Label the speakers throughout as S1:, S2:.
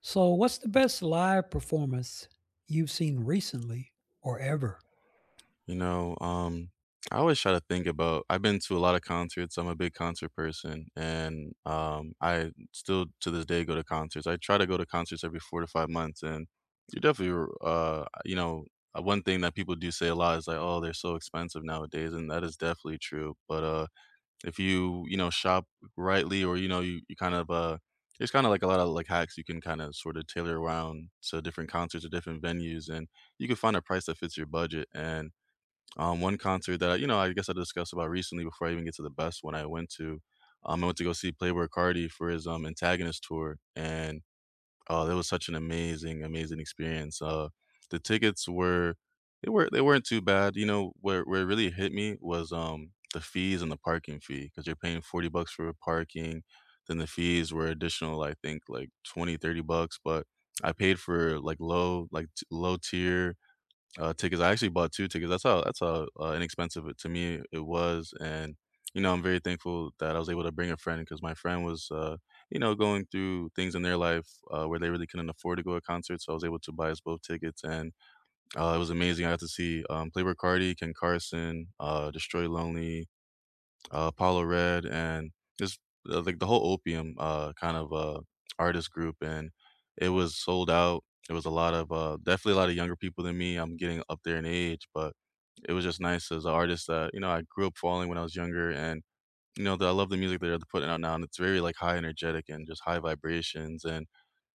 S1: So, what's the best live performance you've seen recently or ever?
S2: You know, um, I always try to think about I've been to a lot of concerts. I'm a big concert person, and I still to this day go to concerts. I try to go to concerts every 4 to 5 months, and you're definitely, r- you know, one thing that people do say a lot is like, "Oh, they're so expensive nowadays," and that is definitely true. But if you, shop rightly, or you kind of there's kind of like a lot of like hacks you can kind of sort of tailor around to different concerts or different venues, and you can find a price that fits your budget. And one concert that, I guess I discussed about recently before I even get to the best one I went to go see Playboi Carti for his, Antagonist tour, and, oh, that was such an amazing, amazing experience. The tickets were, they weren't too bad. You know, where it really hit me was, the fees and the parking fee, because 'cause you're paying $40 for parking, then the fees were additional, I think, like, 20, $30. But I paid for, like, low, like, t low tier tickets. I actually bought 2 tickets. That's how inexpensive it to me it was. And, you know, I'm very thankful that I was able to bring a friend, because my friend was, going through things in their life, where they really couldn't afford to go to concerts, so I was able to buy us both tickets. And, it was amazing. I got to see, Playboi Carti, Ken Carson, Destroy Lonely, Apollo Red, and just like the whole Opium artist group. And it was sold out. It was a lot of definitely a lot of younger people than me. I'm getting up there in age, but it was just nice as an artist that, you know, I grew up following when I was younger, and, you know, that I love the music that they're putting out now, and it's very like high energetic and just high vibrations. And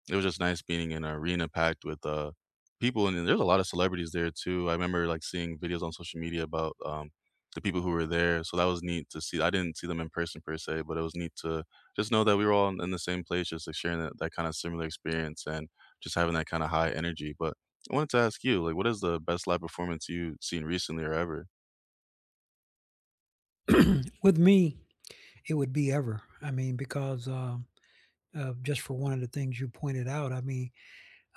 S2: it was just nice being in an arena packed with, people, and then there's a lot of celebrities there too. I remember, like, seeing videos on social media about, the people who were there, so that was neat to see. I didn't see them in person per se, but it was neat to just know that we were all in the same place, just, like, sharing that kinda similar experience and just having that kinda high energy. But I wanted to ask you, like, what is the best live performance you've seen recently or ever?
S1: With me, it would be ever. I mean, because just for one of the things you pointed out. I mean,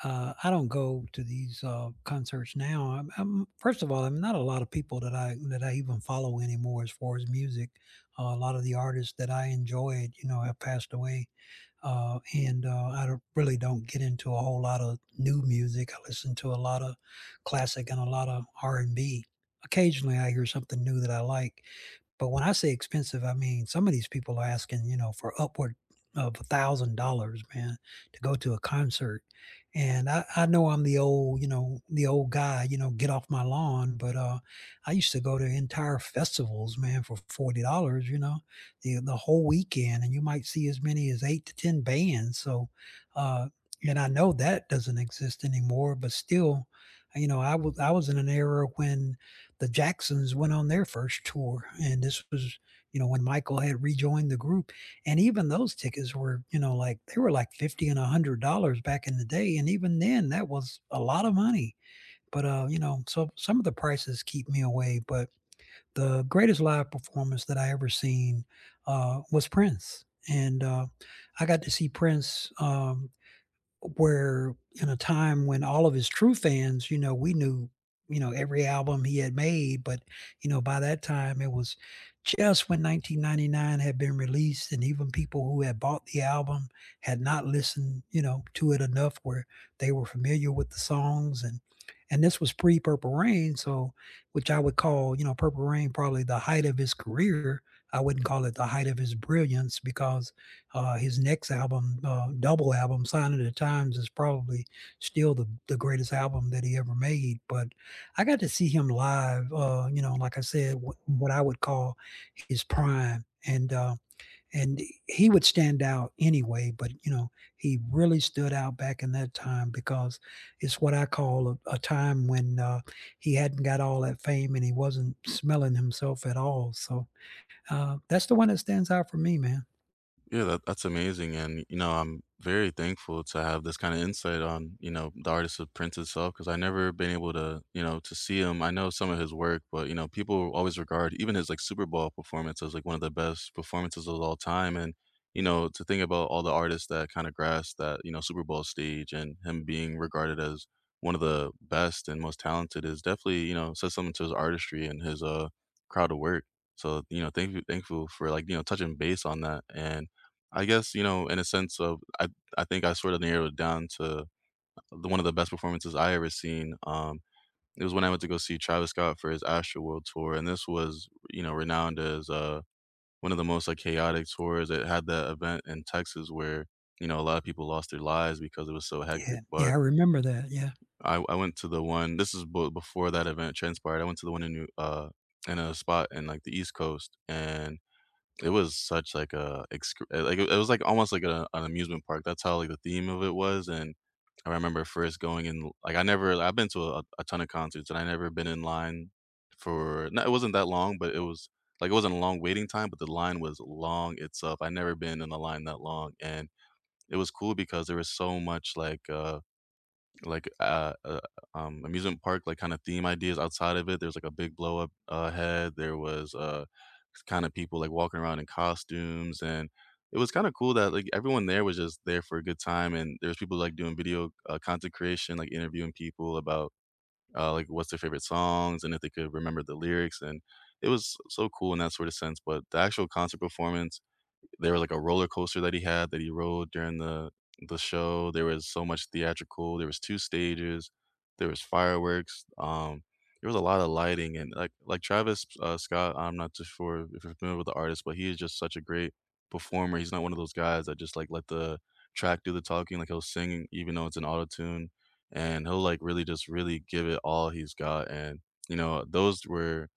S1: I don't go to these concerts now. First of all, I'm not a lot of people that I even follow anymore as far as music. A lot of the artists that I enjoyed, you know, have passed away. And I really don't get into a whole lot of new music. I listen to a lot of classic and a lot of R and B. Occasionally, I hear something new that I like, but when I say expensive, I mean some of these people are asking, you know, for upward of $1,000, man, to go to a concert. And I know I'm the old, you know, the old guy, you know, get off my lawn. But I used to go to entire festivals, man, for $40, you know, the whole weekend, and you might see as many as eight to ten bands. So, uh, and I know that doesn't exist anymore, but still, you know, I was in an era when the Jacksons went on their first tour. And this was, you know, when Michael had rejoined the group. And even those tickets were, you know, like they were like 50 and $100 back in the day. And even then, that was a lot of money. But, you know, so some of the prices keep me away. But the greatest live performance that I ever seen was Prince. And I got to see Prince, where in a time when all of his true fans, you know, we knew, you know, every album he had made. But, you know, by that time, it was just when 1999 had been released, and even people who had bought the album had not listened, you know, to it enough where they were familiar with the songs, and this was pre Purple Rain. So, which I would call, you know, Purple Rain probably the height of his career. I wouldn't call it the height of his brilliance because his next album, double album, Sign of the Times, is probably still the greatest album that he ever made. But I got to see him live, you know, like I said, what I would call his prime. And he would stand out anyway, but you know, he really stood out back in that time because it's what I call a time when he hadn't got all that fame and he wasn't smelling himself at all. So that's the one that stands out for me, man.
S2: Yeah, that's amazing. And, you know, I'm very thankful to have this kind of insight on, you know, the artist of Prince self, because I never been able to, you know, to see him. I know some of his work, but, you know, people always regard even his like Super Bowl performance as like one of the best performances of all time. And, you know, to think about all the artists that kind of grasped that, you know, Super Bowl stage and him being regarded as one of the best and most talented is definitely, you know, says something to his artistry and his crowd of work. So, you know, thankful for like, you know, touching base on that. And I guess, you know, in a sense of I think I sort of narrowed it down to the one of the best performances I ever seen. It was when I went to go see Travis Scott for his Astroworld tour, and this was, you know, renowned as one of the most like chaotic tours. It had that event in Texas where, you know, a lot of people lost their lives because it was so hectic.
S1: Yeah, yeah, I
S2: But
S1: remember that, yeah.
S2: I went to the one. This is before that event transpired. I went to the one in in a spot in like the East Coast. And it was such like a excru like, it was like almost like a an amusement park. That's how, like, the theme of it was. And I remember first going in like, I never I've been to a ton of concerts, and I never been in line for, no, it wasn't that long, but it was like, it wasn't a long waiting time, but the line was long itself. I never been in a line that long. And it was cool because there was so much, like amusement park like kind of theme ideas outside of it. There's like a big blow up head. There was kind of people like walking around in costumes, and it was kind of cool that like everyone there was just there for a good time, and there's people like doing video content creation, like interviewing people about like what's their favorite songs and if they could remember the lyrics. And it was so cool in that sort of sense, but the actual concert performance, there was like a roller coaster that he had, that he rode during the show. There was so much theatrical. There was 2 stages. There was fireworks. There was a lot of lighting, and like Travis, Scott, I'm not too sure if you're familiar with the artist, but he is just such a great performer. He's not one of those guys that just like let the track do the talking. Like he'll sing even though it's an auto-tune, and he'll like really just really give it all he's got. And, you know,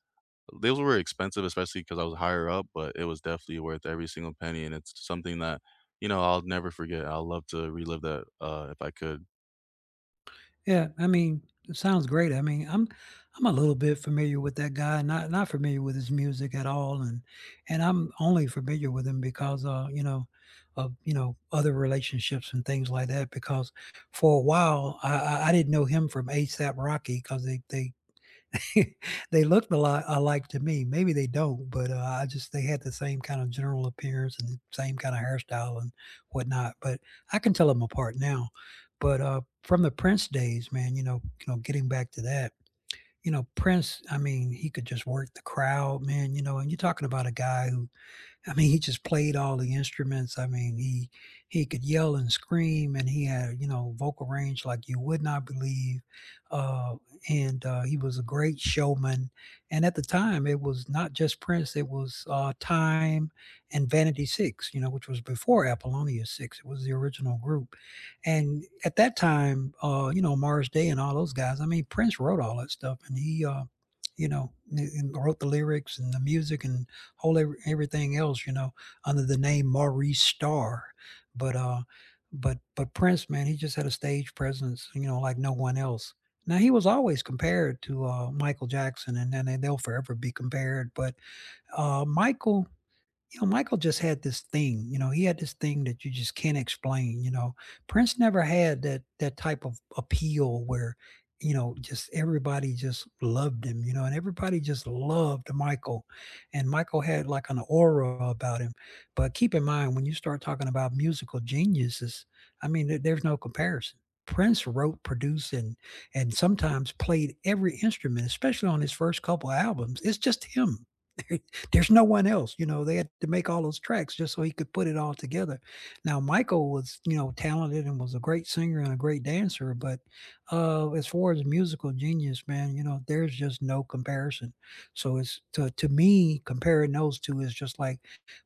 S2: those were expensive, especially because I was higher up, but it was definitely worth every single penny. And it's something that, you know, I'll never forget. I'll love to relive that, if I could.
S1: Yeah, I mean, it sounds great. I mean, I'm a little bit familiar with that guy, not familiar with his music at all, and I'm only familiar with him because, you know, of, you know, other relationships and things like that. Because for a while, I didn't know him from ASAP Rocky because they they looked a lot alike to me. Maybe they don't, but I just they had the same kind of general appearance and the same kind of hairstyle and whatnot. But I can tell them apart now. But from the Prince days, man, you know, getting back to that, you know, Prince. I mean, he could just work the crowd, man. You know, and you're talking about a guy who I mean, he just played all the instruments. I mean, he could yell and scream, and he had you know vocal range like you would not believe. Uh, and he was a great showman. And at the time, it was not just Prince; it was Time and Vanity Six, you know, which was before Apollonia Six. It was the original group. And at that time, you know, Mars Day and all those guys. I mean, Prince wrote all that stuff, and he, you know, and wrote the lyrics and the music and whole everything else, you know, under the name Maurice Starr. But uh, but but Prince, man, he just had a stage presence, you know, like no one else. Now he was always compared to Michael Jackson, and they'll forever be compared. But Michael you know, Michael just had this thing, you know, he had this thing that you just can't explain, you know. Prince never had that type of appeal where, you know, just everybody just loved him, you know, and everybody just loved Michael. And Michael had like an aura about him. But keep in mind when you start talking about musical geniuses, I mean, there's no comparison. Prince wrote, produced, and sometimes played every instrument, especially on his first couple albums. It's just him. There's no one else, you know, they had to make all those tracks just so he could put it all together. Now Michael was, you know, talented and was a great singer and a great dancer, but, as far as musical genius, man, you know, there's just no comparison. So it's to me, comparing those 2 is just like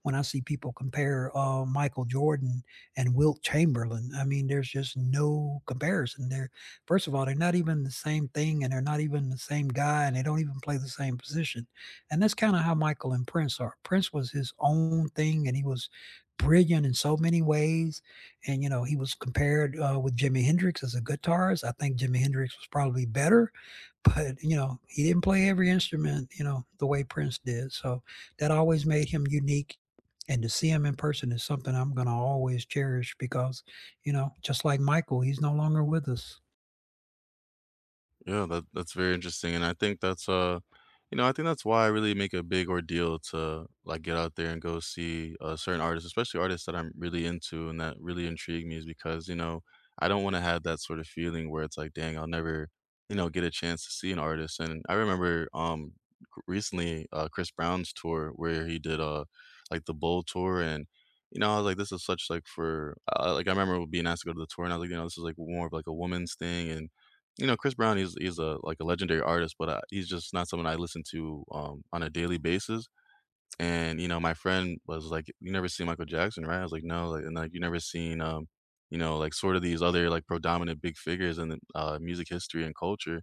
S1: when I see people compare, Michael Jordan and Wilt Chamberlain. I mean, there's just no comparison there. First of all, they're not even the same thing, and they're not even the same guy, and they don't even play the same position. And that's kind of how Michael and Prince are. Prince was his own thing, and he was brilliant in so many ways. And you know, he was compared with Jimi Hendrix as a guitarist. I think Jimi Hendrix was probably better, but you know, he didn't play every instrument, you know, the way Prince did. So that always made him unique. And to see him in person is something I'm going to always cherish because, you know, just like Michael, he's no longer with us.
S2: Yeah, that that's very interesting. And I think that's you know, I think that's why I really make a big ordeal to like get out there and go see certain artists, especially artists that I'm really into and that really intrigue me, is because, you know, I don't want to have that sort of feeling where it's like, dang, I'll never, you know, get a chance to see an artist. And I remember recently Chris Brown's tour where he did like the Bowl tour. And, you know, I was like, this is such like for, like I remember being asked to go to the tour, and I was like, you know, this is like more of like a woman's thing. And, you know, Chris Brown, he's a like, a legendary artist, but, he's just not someone I listen to, on a daily basis. And, you know, my friend was like, "You never seen Michael Jackson, right?" I was like, "No," like, and, like, "You never seen, you know, like, sort of these other, like, predominant big figures in the, music history and culture."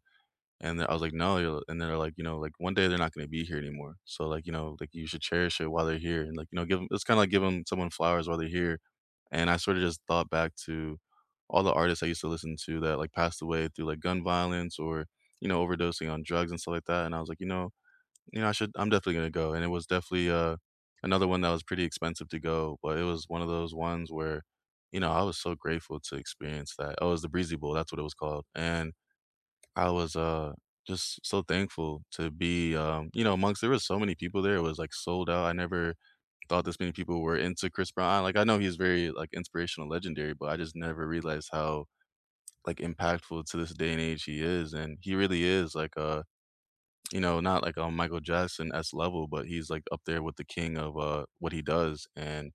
S2: And then I was like, "No," yo, and they're like, you know, like, "One day they're not gonna be here anymore, so, like, you know, like, you should cherish it while they're here, and, like, you know, give them." It's kinda like giving someone flowers while they're here. And I sorta just thought back to all the artists I used to listen to that, like, passed away through, like, gun violence or, you know, overdosing on drugs and stuff like that. And I was like, "You know, I should, I'm definitely gonna go." And it was definitely, another one that was pretty expensive to go, but it was one of those ones where, you know, I was so grateful to experience that. Oh, it was the Breezy Bowl, that's what it was called. And I was, just so thankful to be, you know, amongst, there was so many people there, it was, like, sold out. I never thought this many people were into Chris Brown. Like, I know he's very, like, inspirational, legendary, but I just never realized how, like, impactful to this day and age he is. And he really is, like, you know, not like a Michael Jackson-esque level, but he's, like, up there with the king of, what he does. And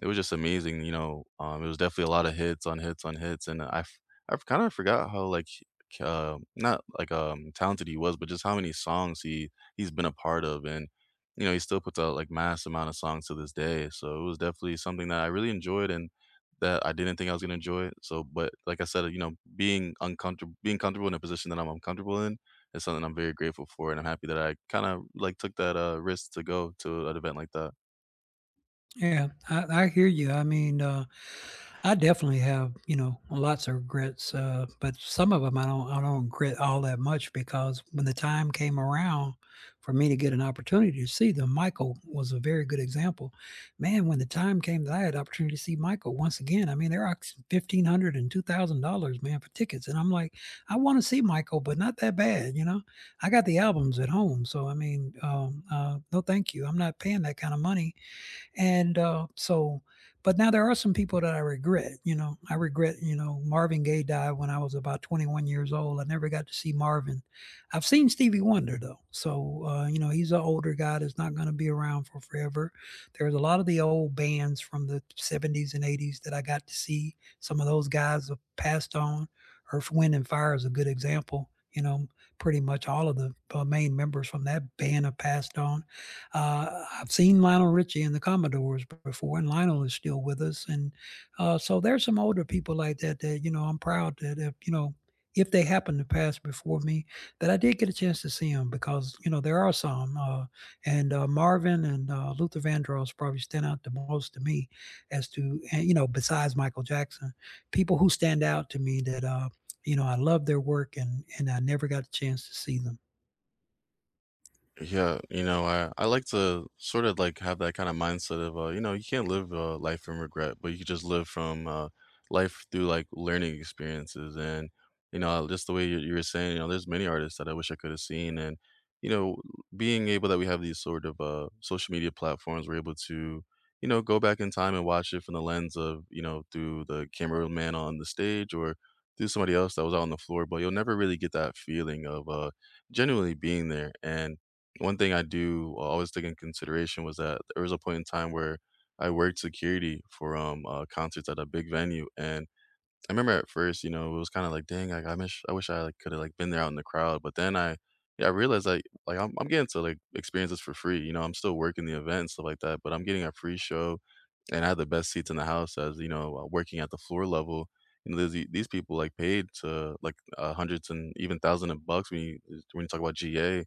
S2: it was just amazing, you know. It was definitely a lot of hits on hits on hits. And I've kinda forgot how, like, k not, like, talented he was, but just how many songs he's been a part of. And, you know, he still puts out, like, mass amount of songs to this day. So it was definitely something that I really enjoyed and that I didn't think I was gonna enjoy. So but like I said, you know, being uncomfortable, being comfortable in a position that I'm uncomfortable in is something I'm very grateful for. And I'm happy that I kinda, like, took that, risk to go to an event like that.
S1: Yeah, I hear you. I mean, I definitely have, you know, lots of regrets, but some of them I don't regret all that much because when the time came around for me to get an opportunity to see them, Michael was a very good example. Man, when the time came that I had opportunity to see Michael once again, I mean, they're ox $1,500 dollars man, for tickets, and I'm like, "I wanna see Michael, but not that bad," you know? I got the albums at home, so, I mean, no thank you. I'm not paying that kind of money and but now there are some people that I regret. You know, I regret. You know, Marvin Gaye died when I was about 21 years old. I never got to see Marvin. I've seen Stevie Wonder though, so you know he's an older guy that's not going to be around for forever. There's a lot of the old bands from the 70s and 80s that I got to see. Some of those guys have passed on. Earth, Wind, and Fire is a good example. You know, pretty much all of the main members from that band have passed on. I've seen Lionel Richie and the Commodores before, and Lionel is still with us. And so there's some older people like that that you know I'm proud that if, you know if they happen to pass before me, that I did get a chance to see them because you know there are some, and Marvin and Luther Vandross probably stand out the most to me as to and, you know besides Michael Jackson, people who stand out to me that you know I love their work and I never got a chance to see them.
S2: Yeah, you know, I like to sort of like have that kind of mindset of, you know, you can't live life in regret, but you can just live from life through like learning experiences. And, you know, just the way you were saying, you know, there's many artists that I wish I could have seen. And, you know, being able that we have these sort of social media platforms, we're able to, you know, go back in time and watch it from the lens of, you know, through the cameraman on the stage or through somebody else that was out on the floor. But you'll never really get that feeling of genuinely being there. And one thing I do always take in consideration was that there was a point in time where I worked security for concerts at a big venue. And I remember at first, you know, it was kind of like, dang, like, I wish I like could have like been there out in the crowd. But then I, yeah, I realized like, I'm, getting to like experience this for free. You know, I'm still working the event and stuff like that, but I'm getting a free show. And I had the best seats in the house, as, you know, working at the floor level. You know, there's these people like paid to like hundreds and even thousands of bucks when you talk about GA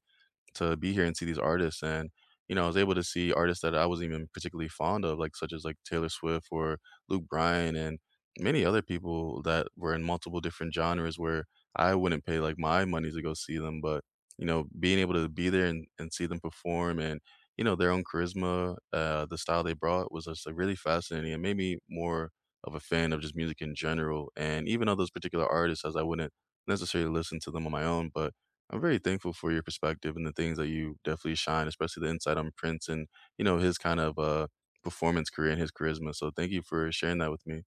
S2: to be here and see these artists. And, you know, I was able to see artists that I wasn't even particularly fond of, like such as like Taylor Swift or Luke Bryan and many other people that were in multiple different genres where I wouldn't pay like my money to go see them. But, you know, being able to be there and see them perform and, you know, their own charisma, the style they brought was just like really fascinating. It made me more of a fan of just music in general. And even of those particular artists, as I wouldn't necessarily listen to them on my own. But I'm very thankful for your perspective and the things that you definitely shine, especially the insight on Prince and, you know, his kind of performance career and his charisma. So thank you for sharing that with me.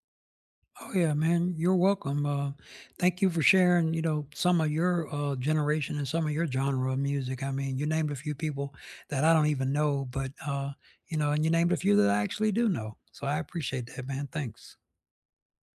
S1: Oh yeah, man. You're welcome. Thank you for sharing, you know, some of your generation and some of your genre of music. I mean, you named a few people that I don't even know, but you know, and you named a few that I actually do know. So I appreciate that, man. Thanks.